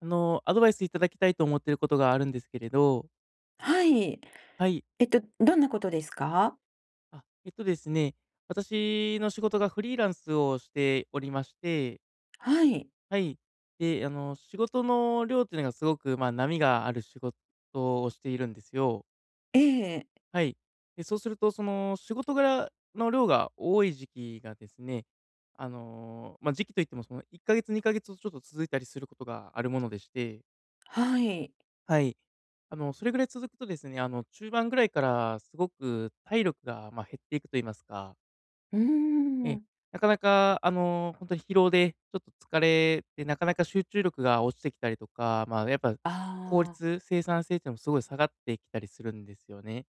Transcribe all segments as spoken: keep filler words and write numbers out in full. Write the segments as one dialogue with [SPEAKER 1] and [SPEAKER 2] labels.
[SPEAKER 1] あの、アドバイスいただきたいと思っていることがあるんですけれど、
[SPEAKER 2] はい。
[SPEAKER 1] はい。
[SPEAKER 2] えっと、どんなことですか？
[SPEAKER 1] あ、えっとですね、私の仕事がフリーランスをしておりまして、
[SPEAKER 2] はい。
[SPEAKER 1] はい。で、あの、仕事の量っていうのがすごく、まあ、波がある仕事をしているんですよ。
[SPEAKER 2] ええ、
[SPEAKER 1] はい。で、そうすると、その、仕事柄の量が多い時期がですね、あの、まあ、時期といっても、その、いっかげつ、にかげつとちょっと続いたりすることがあるものでして、
[SPEAKER 2] はい。
[SPEAKER 1] はい。あの、それぐらい続くとですね、あの、中盤ぐらいからすごく体力が、まあ、減っていくと言いますか、
[SPEAKER 2] うー
[SPEAKER 1] ええ、
[SPEAKER 2] ん。
[SPEAKER 1] なかなか、あの、本当に疲労で、ちょっと疲れて、なかなか集中力が落ちてきたりとか、まあ、やっぱ、
[SPEAKER 2] あ
[SPEAKER 1] 効
[SPEAKER 2] あ、
[SPEAKER 1] 率、生産性っていうのもすごい下がってきたりするんですよね。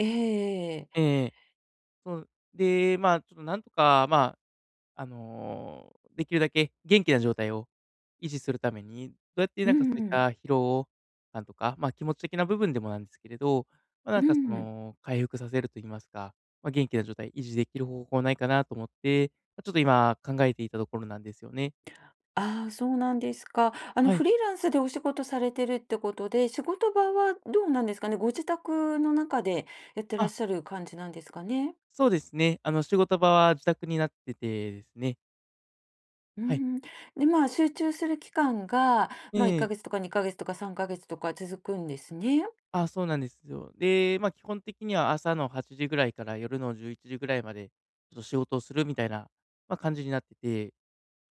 [SPEAKER 2] ええ、
[SPEAKER 1] ええええ。そう、で、まあ、ちょっとなんとか、まああの、できるだけ元気な状態を維持するために、どうやって
[SPEAKER 2] う
[SPEAKER 1] なんかそ
[SPEAKER 2] んう
[SPEAKER 1] ういっ
[SPEAKER 2] ん。
[SPEAKER 1] た疲労感とか、ま、気持ち的な部分でもなんですけれど、ま、なんかその、回復させると言いますか、ま、元気な状態維持できる方法ないかなと思って、まちょっと今考えていたところなんですよね。
[SPEAKER 2] ああ、そうなんですか。あの、
[SPEAKER 1] はい。
[SPEAKER 2] フリーランスでお仕事されてるってことで、仕事場はどうなんですかね？ご自宅の中でやってらっ
[SPEAKER 1] あ、
[SPEAKER 2] しゃる感じなんですかね？
[SPEAKER 1] そうですね。あの、仕事場は自宅になっててですね。
[SPEAKER 2] う
[SPEAKER 1] はい。
[SPEAKER 2] ん。で、まあ、集中する期間が、
[SPEAKER 1] え
[SPEAKER 2] まあ、1
[SPEAKER 1] え。
[SPEAKER 2] ヶ月とかにかげつとかさんかげつとか続くんですね。
[SPEAKER 1] あ、そうなんですよ。で、まあ、基本的には朝のはちじぐらいから夜のじゅういちじぐらいまで、ちょっと仕事をするみたいな、まあ、感じになってて、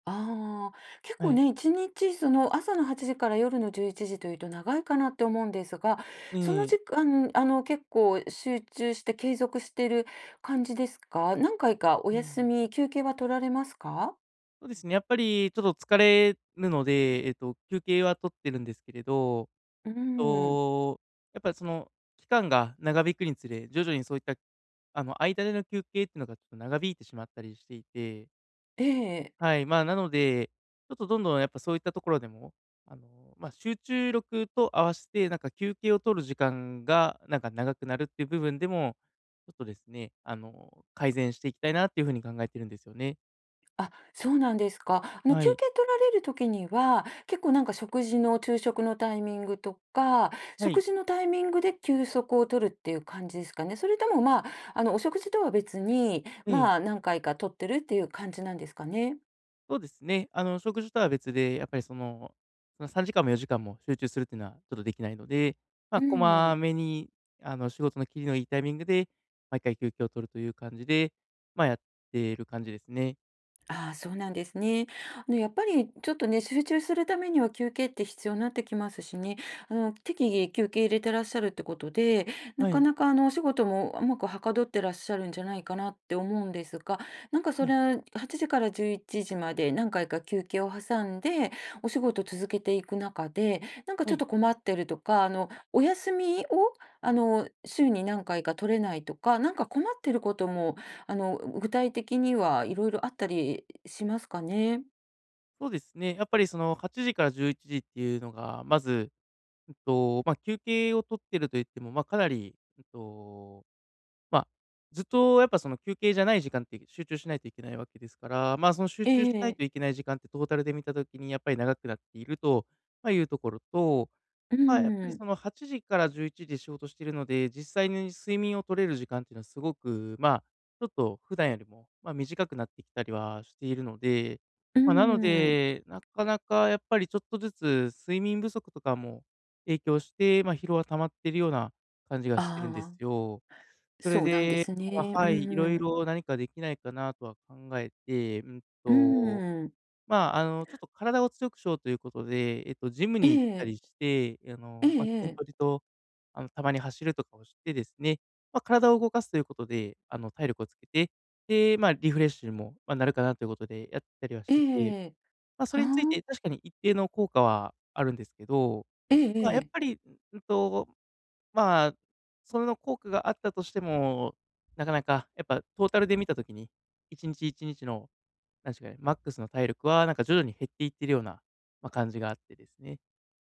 [SPEAKER 2] ああ、結
[SPEAKER 1] は
[SPEAKER 2] 構
[SPEAKER 1] い。
[SPEAKER 2] ね、いちにちその朝のはちじから夜のじゅういちじというと長いかなって思うんですが、
[SPEAKER 1] え
[SPEAKER 2] その
[SPEAKER 1] え、
[SPEAKER 2] 時間、あの、結構集中して継続してる感じですか？何回かお
[SPEAKER 1] う
[SPEAKER 2] 休
[SPEAKER 1] ん。
[SPEAKER 2] み、休憩は取られますか？
[SPEAKER 1] そうですね、やっぱりちょっと疲れるので、えっと、休憩は取ってるんですけれど、
[SPEAKER 2] うー
[SPEAKER 1] えっ
[SPEAKER 2] ん。
[SPEAKER 1] と、やっぱりその、期間が長引くにつれ、徐々にそういった、あの、間での休憩っていうのがちょっと長引いてしまったりしていて、
[SPEAKER 2] ええ、
[SPEAKER 1] はい、まあ、なので、ちょっとどんどんやっぱそういったところでも、あの、まあ、集中力と合わせて、なんか休憩を取る時間が、なんか長くなるっていう部分でも、ちょっとですね、あの、改善していきたいなっていう風に考えてるんですよね。
[SPEAKER 2] あ、そうなんですか。あの、
[SPEAKER 1] は
[SPEAKER 2] 休
[SPEAKER 1] い。
[SPEAKER 2] 憩取られる時には、結構なんか食事の昼食のタイミングとか、
[SPEAKER 1] は
[SPEAKER 2] 食
[SPEAKER 1] い。
[SPEAKER 2] 事のタイミングで休息を取るっていう感じですかね。それともまあ、あの、お食事とは別に、
[SPEAKER 1] ええ、
[SPEAKER 2] まあ、何回か取ってるっていう感じなんですかね。
[SPEAKER 1] そうですね。あの、食事とは別で、やっぱりその、そのさんじかんもよじかんも集中するっていうのはちょっとできないので、ま
[SPEAKER 2] う
[SPEAKER 1] あ、こま
[SPEAKER 2] ん。
[SPEAKER 1] めに、あの、仕事の切りのいいタイミングで、毎回休憩を取るという感じで、まあ、やっている感じですね。
[SPEAKER 2] ああ、そうなんですね。あの、やっぱりちょっとね、集中するためには休憩って必要になってきますしね、あの、適宜休憩入れてらっしゃるってことで、な
[SPEAKER 1] は
[SPEAKER 2] か
[SPEAKER 1] い。
[SPEAKER 2] なかあの、お仕事もうまくはかどってらっしゃるんじゃないかなって思うんですが、なんか
[SPEAKER 1] う
[SPEAKER 2] そ
[SPEAKER 1] ん、
[SPEAKER 2] れははちじからじゅういちじまで何回か休憩を挟んで、お仕事続けていく中で、なんか
[SPEAKER 1] は
[SPEAKER 2] ちょっ
[SPEAKER 1] い、
[SPEAKER 2] と困ってるとか、あの、お休みを、あの、週に何回か取れないとか、なんか困ってることもあの、具体的にはいろいろあったりしますかね？
[SPEAKER 1] そうですね。やっぱりそのはちじからじゅういちじっていうのが、まず、うんと、まあ、休憩を取ってると言っても、まあ、かなり、うんと、まあ、ずっとやっぱその休憩じゃない時間って集中しないといけないわけですから、まあ、その集
[SPEAKER 2] え
[SPEAKER 1] 中しない
[SPEAKER 2] え。
[SPEAKER 1] といけない時間ってトータルで見た時にやっぱり長くなっていると、まあ、いうところと、
[SPEAKER 2] う
[SPEAKER 1] まあ、やっぱり
[SPEAKER 2] ん、
[SPEAKER 1] そのはちじからじゅういちじで仕事しているので、実際に睡眠を取れる時間っていうのはすごく、まあ、ちょっと普段よりも、まあ、短くなってきたりはしているので、
[SPEAKER 2] う
[SPEAKER 1] まあ、なの
[SPEAKER 2] ん。
[SPEAKER 1] で、なかなかやっぱりちょっとずつ睡眠不足とかも影響して、まあ、疲労は溜まっているような感じが
[SPEAKER 2] あ
[SPEAKER 1] してるんです
[SPEAKER 2] あ、
[SPEAKER 1] よ。それ
[SPEAKER 2] そうなんで
[SPEAKER 1] で、
[SPEAKER 2] す
[SPEAKER 1] ま
[SPEAKER 2] ね。
[SPEAKER 1] あ、
[SPEAKER 2] う
[SPEAKER 1] はい、いろい
[SPEAKER 2] ん、
[SPEAKER 1] ろ何かできないかなとは考えて、うん
[SPEAKER 2] う
[SPEAKER 1] と
[SPEAKER 2] ん。
[SPEAKER 1] まあ、あの、ちょっと体を強くしようということで、えっと、ジム
[SPEAKER 2] え
[SPEAKER 1] に行った
[SPEAKER 2] え、
[SPEAKER 1] りして、あの、まあ、筋
[SPEAKER 2] ええ
[SPEAKER 1] トレと、あの、たまに走るとかをしてですね、まあ、体を動かすということで、あの、体力をつけて、で、まあ、リフレッシュにも、まあ、なるかなということでやったりはし
[SPEAKER 2] ええ、
[SPEAKER 1] てて、
[SPEAKER 2] ええ。
[SPEAKER 1] まあ、そ
[SPEAKER 2] は
[SPEAKER 1] れについて
[SPEAKER 2] あ、
[SPEAKER 1] 確かに一定の効果はあるんですけど、
[SPEAKER 2] ええ、はあ、
[SPEAKER 1] まあ、やっ
[SPEAKER 2] ええ、
[SPEAKER 1] ぱり、んんと、まあ、その効果があったとしても、なかなかやっぱトータルで見た時に、いちにちいちにちの確かに、マックスの体力はなんか徐々に減っていってるような、まあ、感じがあってですね。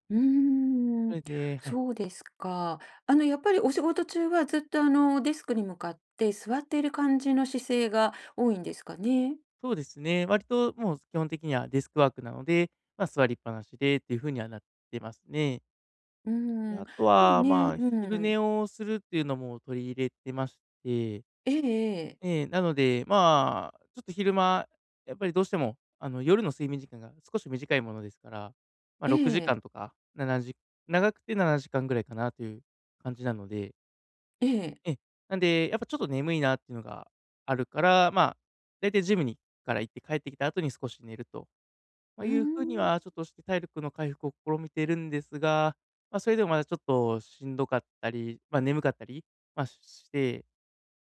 [SPEAKER 2] うー
[SPEAKER 1] そ
[SPEAKER 2] ん、
[SPEAKER 1] れではい。
[SPEAKER 2] そうですか。あの、やっぱりお仕事中はずっと、あの、デスクに向かって座っている感じの姿勢が多いんですかね？
[SPEAKER 1] そうですね、割ともう基本的にはデスクワークなので、まあ、座りっぱなしでっていう風にはなってますね。
[SPEAKER 2] うん、
[SPEAKER 1] で、
[SPEAKER 2] や
[SPEAKER 1] あ
[SPEAKER 2] っ
[SPEAKER 1] と
[SPEAKER 2] ぱり
[SPEAKER 1] は、
[SPEAKER 2] ね、
[SPEAKER 1] まあ、
[SPEAKER 2] う
[SPEAKER 1] 昼
[SPEAKER 2] ん。
[SPEAKER 1] 寝をするっていうのも取り入れてまして、
[SPEAKER 2] ええ。
[SPEAKER 1] えなので、まあ、ちょっと昼間、やっぱりどうしても、あの、夜の睡眠時間が少し短いものですから、まあ、
[SPEAKER 2] え
[SPEAKER 1] 6時
[SPEAKER 2] え、
[SPEAKER 1] 間とか、しちじ長くてななじかんぐらいかなという感じなので、
[SPEAKER 2] ええ。
[SPEAKER 1] ええ。なんで、やっぱちょっと眠いなっていうのがあるから、まあ、大体ジムにから行って帰ってきた後に少し寝ると、ま
[SPEAKER 2] う
[SPEAKER 1] あ、
[SPEAKER 2] ー
[SPEAKER 1] いう風に
[SPEAKER 2] ん。
[SPEAKER 1] はちょっとして体力の回復を試みてるんですが、まあ、それでもまだちょっとしんどかったり、まあ、眠かったり、まあ、して、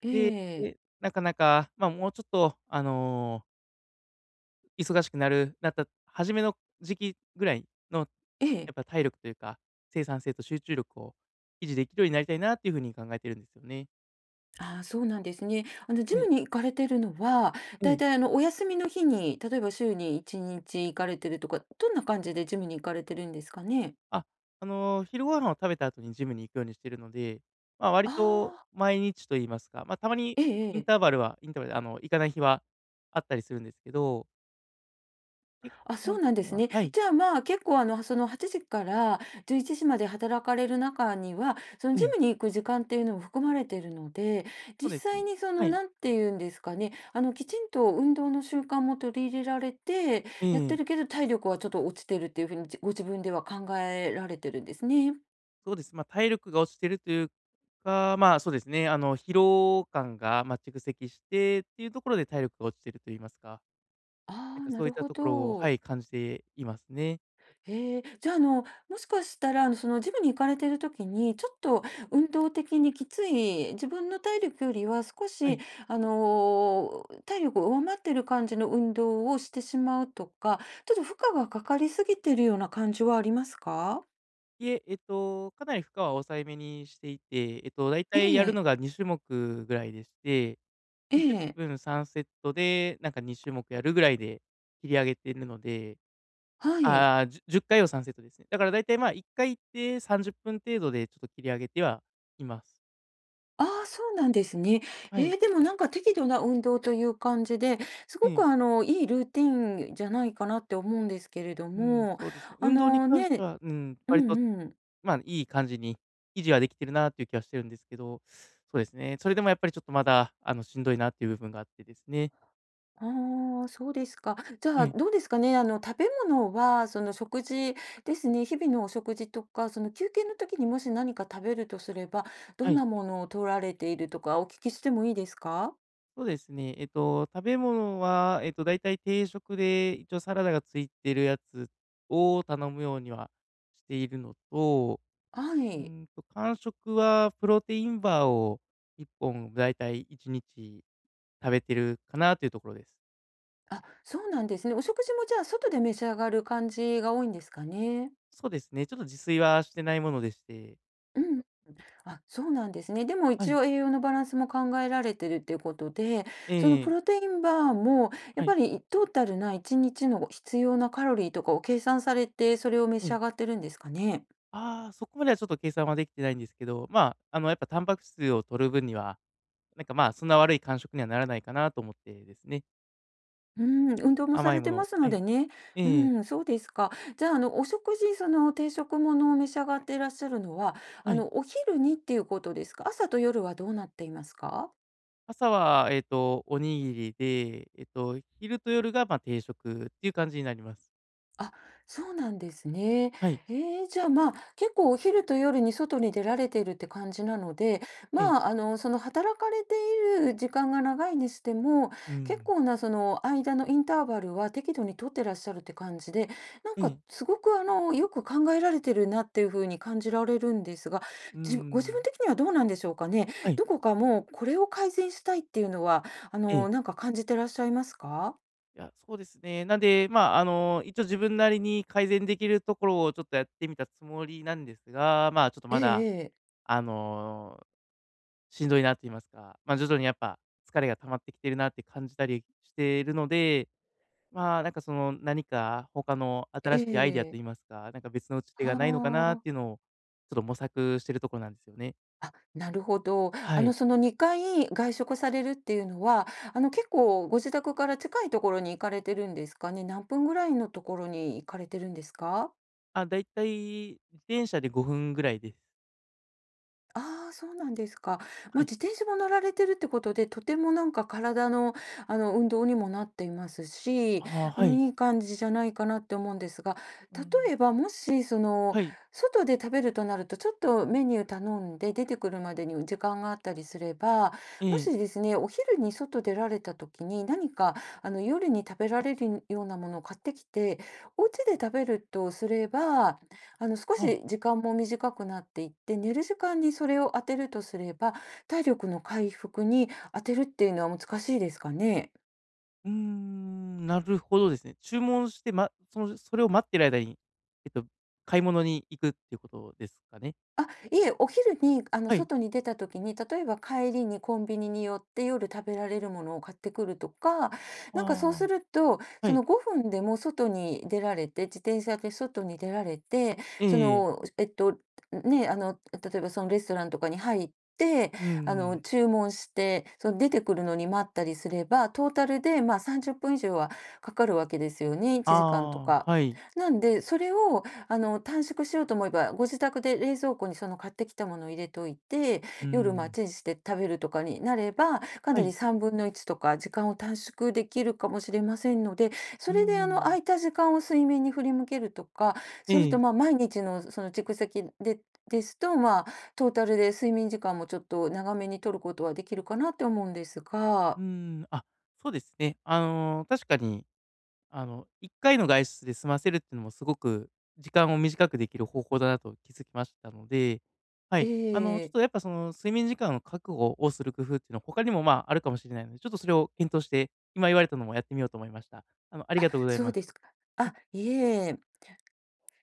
[SPEAKER 2] え
[SPEAKER 1] で、
[SPEAKER 2] え、
[SPEAKER 1] なかなか、まあ、もうちょっと、あの、忙しくなるなった初めの時期ぐらいの、や
[SPEAKER 2] え
[SPEAKER 1] っ
[SPEAKER 2] え。
[SPEAKER 1] ぱ体力というか、生産性と集中力を維持できるようになりたいなっていう風に考えてるんですよね。
[SPEAKER 2] ああ、そうなんですね。あの、ジ
[SPEAKER 1] は
[SPEAKER 2] ム
[SPEAKER 1] い。
[SPEAKER 2] に行かれてるのは、
[SPEAKER 1] え
[SPEAKER 2] だいた
[SPEAKER 1] え。
[SPEAKER 2] い、あの、お休みの日に、例えば週にいちにち行かれてるとか、どんな感じでジムに行かれてるんですかね？
[SPEAKER 1] あ、あの、昼ご飯を食べた後にジムに行くようにしているので、まあ、割
[SPEAKER 2] あ
[SPEAKER 1] と
[SPEAKER 2] あ、
[SPEAKER 1] 毎日と言いますか、まあ、たまに
[SPEAKER 2] ええ、
[SPEAKER 1] イ
[SPEAKER 2] え
[SPEAKER 1] ン
[SPEAKER 2] え。
[SPEAKER 1] ターバルはインターバルで、あの、行かない日はあったりするんですけど、結
[SPEAKER 2] あ、
[SPEAKER 1] 構基
[SPEAKER 2] そ
[SPEAKER 1] 本
[SPEAKER 2] う
[SPEAKER 1] 的
[SPEAKER 2] なんで
[SPEAKER 1] に
[SPEAKER 2] す
[SPEAKER 1] は
[SPEAKER 2] ね。
[SPEAKER 1] はい、
[SPEAKER 2] じゃあ、まあ、結構、あの、そのはちじからじゅういちじまで働かれる中には、その
[SPEAKER 1] え
[SPEAKER 2] ジ
[SPEAKER 1] え、
[SPEAKER 2] ムに行く時間っていうのも含まれているので、
[SPEAKER 1] そう
[SPEAKER 2] 実
[SPEAKER 1] です
[SPEAKER 2] 際
[SPEAKER 1] ね。
[SPEAKER 2] にそ
[SPEAKER 1] は
[SPEAKER 2] の、
[SPEAKER 1] い、
[SPEAKER 2] なんて言うんですかね、あの、きちんと運動の習慣も取り入れられて、
[SPEAKER 1] え
[SPEAKER 2] やって
[SPEAKER 1] え、
[SPEAKER 2] るけど体力はちょっと落ちてるっていうふうに、じご自分では考えられてるんですね。
[SPEAKER 1] そうです。まあ、体力が落ちてるというか、まあ、そうですね、あの、疲労感が、まあ、蓄積してっていうところで体力が落ちてると言いますか、なん
[SPEAKER 2] ああ、
[SPEAKER 1] か
[SPEAKER 2] な
[SPEAKER 1] そういっ
[SPEAKER 2] る
[SPEAKER 1] た
[SPEAKER 2] ほ
[SPEAKER 1] ところをは
[SPEAKER 2] ど。
[SPEAKER 1] い、感じていますね。
[SPEAKER 2] へえ、じゃあ、あの、もしかしたら、あの、そのジムに行かれてる時に、ちょっと運動的にきつい、自分の体力よりは少
[SPEAKER 1] は
[SPEAKER 2] し、
[SPEAKER 1] い。
[SPEAKER 2] あの、体力を上回ってる感じの運動をしてしまうとか、ちょっと負荷がかかりすぎてるような感じはありますか？
[SPEAKER 1] いえ、えっと、かなり負荷は抑えめにしていて、えっと、だいた
[SPEAKER 2] え
[SPEAKER 1] いやるの
[SPEAKER 2] え、
[SPEAKER 1] がに種目ぐらいでして、
[SPEAKER 2] え
[SPEAKER 1] で、10
[SPEAKER 2] え、
[SPEAKER 1] 分さんセットで、なんかに種目やるぐらいで切り上げているので、
[SPEAKER 2] はい。
[SPEAKER 1] ああ、じゅじゅっかいをさんセットですね。だからだいたい、まあ、いっかい行ってさんじゅっぷん程度でちょっと切り上げてはいます。
[SPEAKER 2] ああ、そうなんですね。
[SPEAKER 1] は
[SPEAKER 2] え
[SPEAKER 1] い。
[SPEAKER 2] え、でもなんか適度な運動という感じで、す
[SPEAKER 1] え
[SPEAKER 2] ごく
[SPEAKER 1] え、
[SPEAKER 2] あの、いいルーティンじゃないかなって思うんですけれど
[SPEAKER 1] うん、
[SPEAKER 2] も、
[SPEAKER 1] そうですね。
[SPEAKER 2] あ
[SPEAKER 1] 運動に
[SPEAKER 2] の、
[SPEAKER 1] 関して
[SPEAKER 2] ね、
[SPEAKER 1] は、うん、
[SPEAKER 2] う
[SPEAKER 1] 割と、
[SPEAKER 2] んうん。
[SPEAKER 1] まあ、いい感じに維持はできてるなっていう気はしてるんですけど、そうですね。それでもやっぱりちょっとまだ、あの、しんどいなっていう部分があってですね。
[SPEAKER 2] ああ、そうですか。じゃ
[SPEAKER 1] は
[SPEAKER 2] あ、
[SPEAKER 1] い。
[SPEAKER 2] どうですかね。あの、食べ物は、その食事ですね。日々のお食事とか、その休憩の時にもし何か食べるとすれば、ど
[SPEAKER 1] は
[SPEAKER 2] ん
[SPEAKER 1] い。
[SPEAKER 2] なものを取られているとかお聞きしてもいいですか？
[SPEAKER 1] そうですね。えっと、食べ物は、えっと、だいたい定食で、一応サラダがついてるやつを頼むようにはしているのと、
[SPEAKER 2] は
[SPEAKER 1] う
[SPEAKER 2] い。
[SPEAKER 1] んと、間食はプロテインバーをいっぽんだいたいいちにち食べてるかなというところです。
[SPEAKER 2] あ、そうなんですね。お食事もじゃあ、外で召し上がる感じが多いんですかね？
[SPEAKER 1] そうですね、ちょっと自炊はしてないものでして。
[SPEAKER 2] うん。あ、そうなんですね。でも
[SPEAKER 1] は
[SPEAKER 2] 一
[SPEAKER 1] い。
[SPEAKER 2] 応栄養のバランスも考えられてるっていうことで、そのプ
[SPEAKER 1] ええ
[SPEAKER 2] ロテインバーもやっ
[SPEAKER 1] は
[SPEAKER 2] ぱ
[SPEAKER 1] い。
[SPEAKER 2] りトータルないちにちの必要なカロリーとかを計算されて、それを召し
[SPEAKER 1] ええ、
[SPEAKER 2] 上がってるんですかね？
[SPEAKER 1] ああ、そこまではちょっと計算はできてないんですけど、まあ、あの、やっぱタンパク質を摂る分には、なんか、まあ、そんな悪い間食にはならないかなと思ってですね。
[SPEAKER 2] うん、運動もさ
[SPEAKER 1] 甘い
[SPEAKER 2] れ
[SPEAKER 1] も
[SPEAKER 2] てま
[SPEAKER 1] の。
[SPEAKER 2] すの
[SPEAKER 1] はい。
[SPEAKER 2] でね。う
[SPEAKER 1] ええ、
[SPEAKER 2] ん、そうですか。じゃあ、あの、お食事、その定食ものを召し上がっていらっしゃるのは、あ
[SPEAKER 1] はい。
[SPEAKER 2] の、お昼にっていうことですか？朝と夜はどうなっていますか？
[SPEAKER 1] 朝は、えっと、おにぎりで、えっと、昼と夜が、ま、定食っていう感じになります。
[SPEAKER 2] あ、そうなんですね。
[SPEAKER 1] はい。
[SPEAKER 2] ええ、じゃあ、まあ、結構お昼と夜に外に出られているって感じなので、
[SPEAKER 1] ええ、
[SPEAKER 2] まあ、あの、その働かれている時間が長いにしても、
[SPEAKER 1] う
[SPEAKER 2] 結
[SPEAKER 1] ん。
[SPEAKER 2] 構なその間のインターバルは適度に取ってらっしゃるって感じで、なん
[SPEAKER 1] え
[SPEAKER 2] か
[SPEAKER 1] え、
[SPEAKER 2] すごくあの、よく考えられてるなっていう風に感じられるんですが、
[SPEAKER 1] うんう
[SPEAKER 2] じご自分
[SPEAKER 1] ん。
[SPEAKER 2] 的にはどうなんでしょうかね。
[SPEAKER 1] はい。
[SPEAKER 2] どこかもうこれを改善したいっていうのは、あ
[SPEAKER 1] ええ。
[SPEAKER 2] の、なんか感じてらっしゃいますか？
[SPEAKER 1] いや、そうですね。なんで、まあ、あの、一応自分なりに改善できるところをちょっとやってみたつもりなんですが、まあ、ちょっと
[SPEAKER 2] え
[SPEAKER 1] まだ、
[SPEAKER 2] え。
[SPEAKER 1] あの、しんどいなと言いますか、ま、徐々にやっぱ疲れが溜まってきてるなって感じたりしてるので、まあ、なんかその、何か他の
[SPEAKER 2] え
[SPEAKER 1] 新
[SPEAKER 2] え、
[SPEAKER 1] しいアイデアとい
[SPEAKER 2] え
[SPEAKER 1] いま
[SPEAKER 2] え。
[SPEAKER 1] すか、なんか別の打ち手が
[SPEAKER 2] は
[SPEAKER 1] ないのかなっていう
[SPEAKER 2] あ。
[SPEAKER 1] のを、ちょっと模索してるところなんですよね。
[SPEAKER 2] あ、なるほど。
[SPEAKER 1] は
[SPEAKER 2] あの、
[SPEAKER 1] い。
[SPEAKER 2] そのにかい外食されるっていうのは、あの、結構ご自宅から近いところに行かれてるんですかね？何分ぐらいのところに行かれてるんですか？
[SPEAKER 1] あ、だいたい自転車でごふんぐらいです。
[SPEAKER 2] ああ、そうなんですか。
[SPEAKER 1] は
[SPEAKER 2] まあ、
[SPEAKER 1] い。
[SPEAKER 2] 自転車も乗られてるってことで、とてもなんか体の、あの、運動にもなっていますし、
[SPEAKER 1] ああ、
[SPEAKER 2] あ
[SPEAKER 1] は
[SPEAKER 2] の、
[SPEAKER 1] い。
[SPEAKER 2] いい感じじゃないかなって思うんですが、
[SPEAKER 1] うん、
[SPEAKER 2] 例えばもし、その、
[SPEAKER 1] はい。
[SPEAKER 2] 外で食べるとなると、ちょっとメニュー頼んで出てくるまでに時間があったりすれば、
[SPEAKER 1] え
[SPEAKER 2] も
[SPEAKER 1] え。
[SPEAKER 2] しですね、お昼に外出られた時に、何か、あの、夜に食べられるようなものを買ってきて、お家で食べるとすれば、あの、少
[SPEAKER 1] あ、
[SPEAKER 2] し時間も短くなっていって、寝る時間にそれを当てるとすれば、体力の回復に当てるっていうのは難しいですかね？
[SPEAKER 1] うーん、なるほどですね。注文して、まそのそれを待ってる間に、えっと、買い物に行くっていうことですかね？
[SPEAKER 2] あ、いえ、お昼に、あの、
[SPEAKER 1] はい。
[SPEAKER 2] 外に出た時に、例えば帰りにコンビニに寄って夜食べられるものを買ってくるとか、
[SPEAKER 1] あ
[SPEAKER 2] なんかそうす
[SPEAKER 1] あ、
[SPEAKER 2] ると、
[SPEAKER 1] は
[SPEAKER 2] そ
[SPEAKER 1] い。
[SPEAKER 2] のごふんでも外に出られて、自転車で外に出られて、そ
[SPEAKER 1] ええ、
[SPEAKER 2] の、えっと、ね、あの、例えばそのレストランとかに入って、
[SPEAKER 1] う
[SPEAKER 2] あの、
[SPEAKER 1] ん、
[SPEAKER 2] 注文して、その出てくるのに待ったりすれば、トータルで、まあ、さんじゅっぷん以上はかかるわけですよね、いちじかんと
[SPEAKER 1] あ
[SPEAKER 2] か。
[SPEAKER 1] あ、はい。
[SPEAKER 2] なんで、それを、あの、短縮しようと思えば、ご自宅で冷蔵庫にその買ってきたものを入れといて、
[SPEAKER 1] うー
[SPEAKER 2] 夜まあ、
[SPEAKER 1] ん。
[SPEAKER 2] チンして食べるとかになれば、か
[SPEAKER 1] は
[SPEAKER 2] な
[SPEAKER 1] い。
[SPEAKER 2] りさんぶんのいちとか時間を短縮できるかもしれませんので、
[SPEAKER 1] う
[SPEAKER 2] そ
[SPEAKER 1] ー
[SPEAKER 2] れであの、空
[SPEAKER 1] ん。
[SPEAKER 2] いた時間を睡眠に振り向けるとか、それ
[SPEAKER 1] え
[SPEAKER 2] とまあ、
[SPEAKER 1] え。
[SPEAKER 2] 毎日のその蓄積でですと、まあ、トータルで睡眠時間もちょっと長めに取ることはできるかなって思うんです
[SPEAKER 1] う
[SPEAKER 2] が。
[SPEAKER 1] ーん、あ、そうですね。あの、確かに、あの、いっかいの外出で済ませるっていうのもすごく時間を短くできる方法だなと気づきましたので、は
[SPEAKER 2] え
[SPEAKER 1] い。あの、ちょっ
[SPEAKER 2] え。
[SPEAKER 1] とやっぱその睡眠時間の確保をする工夫っていうのは他にも、まあ、あるかもしれないので、ちょっとそれを検討して、今言われたのもやってみようと思いました。あの、あり
[SPEAKER 2] あ、
[SPEAKER 1] がとうござい
[SPEAKER 2] そう
[SPEAKER 1] ます。
[SPEAKER 2] ですか。
[SPEAKER 1] は
[SPEAKER 2] あ、
[SPEAKER 1] い。
[SPEAKER 2] いえ。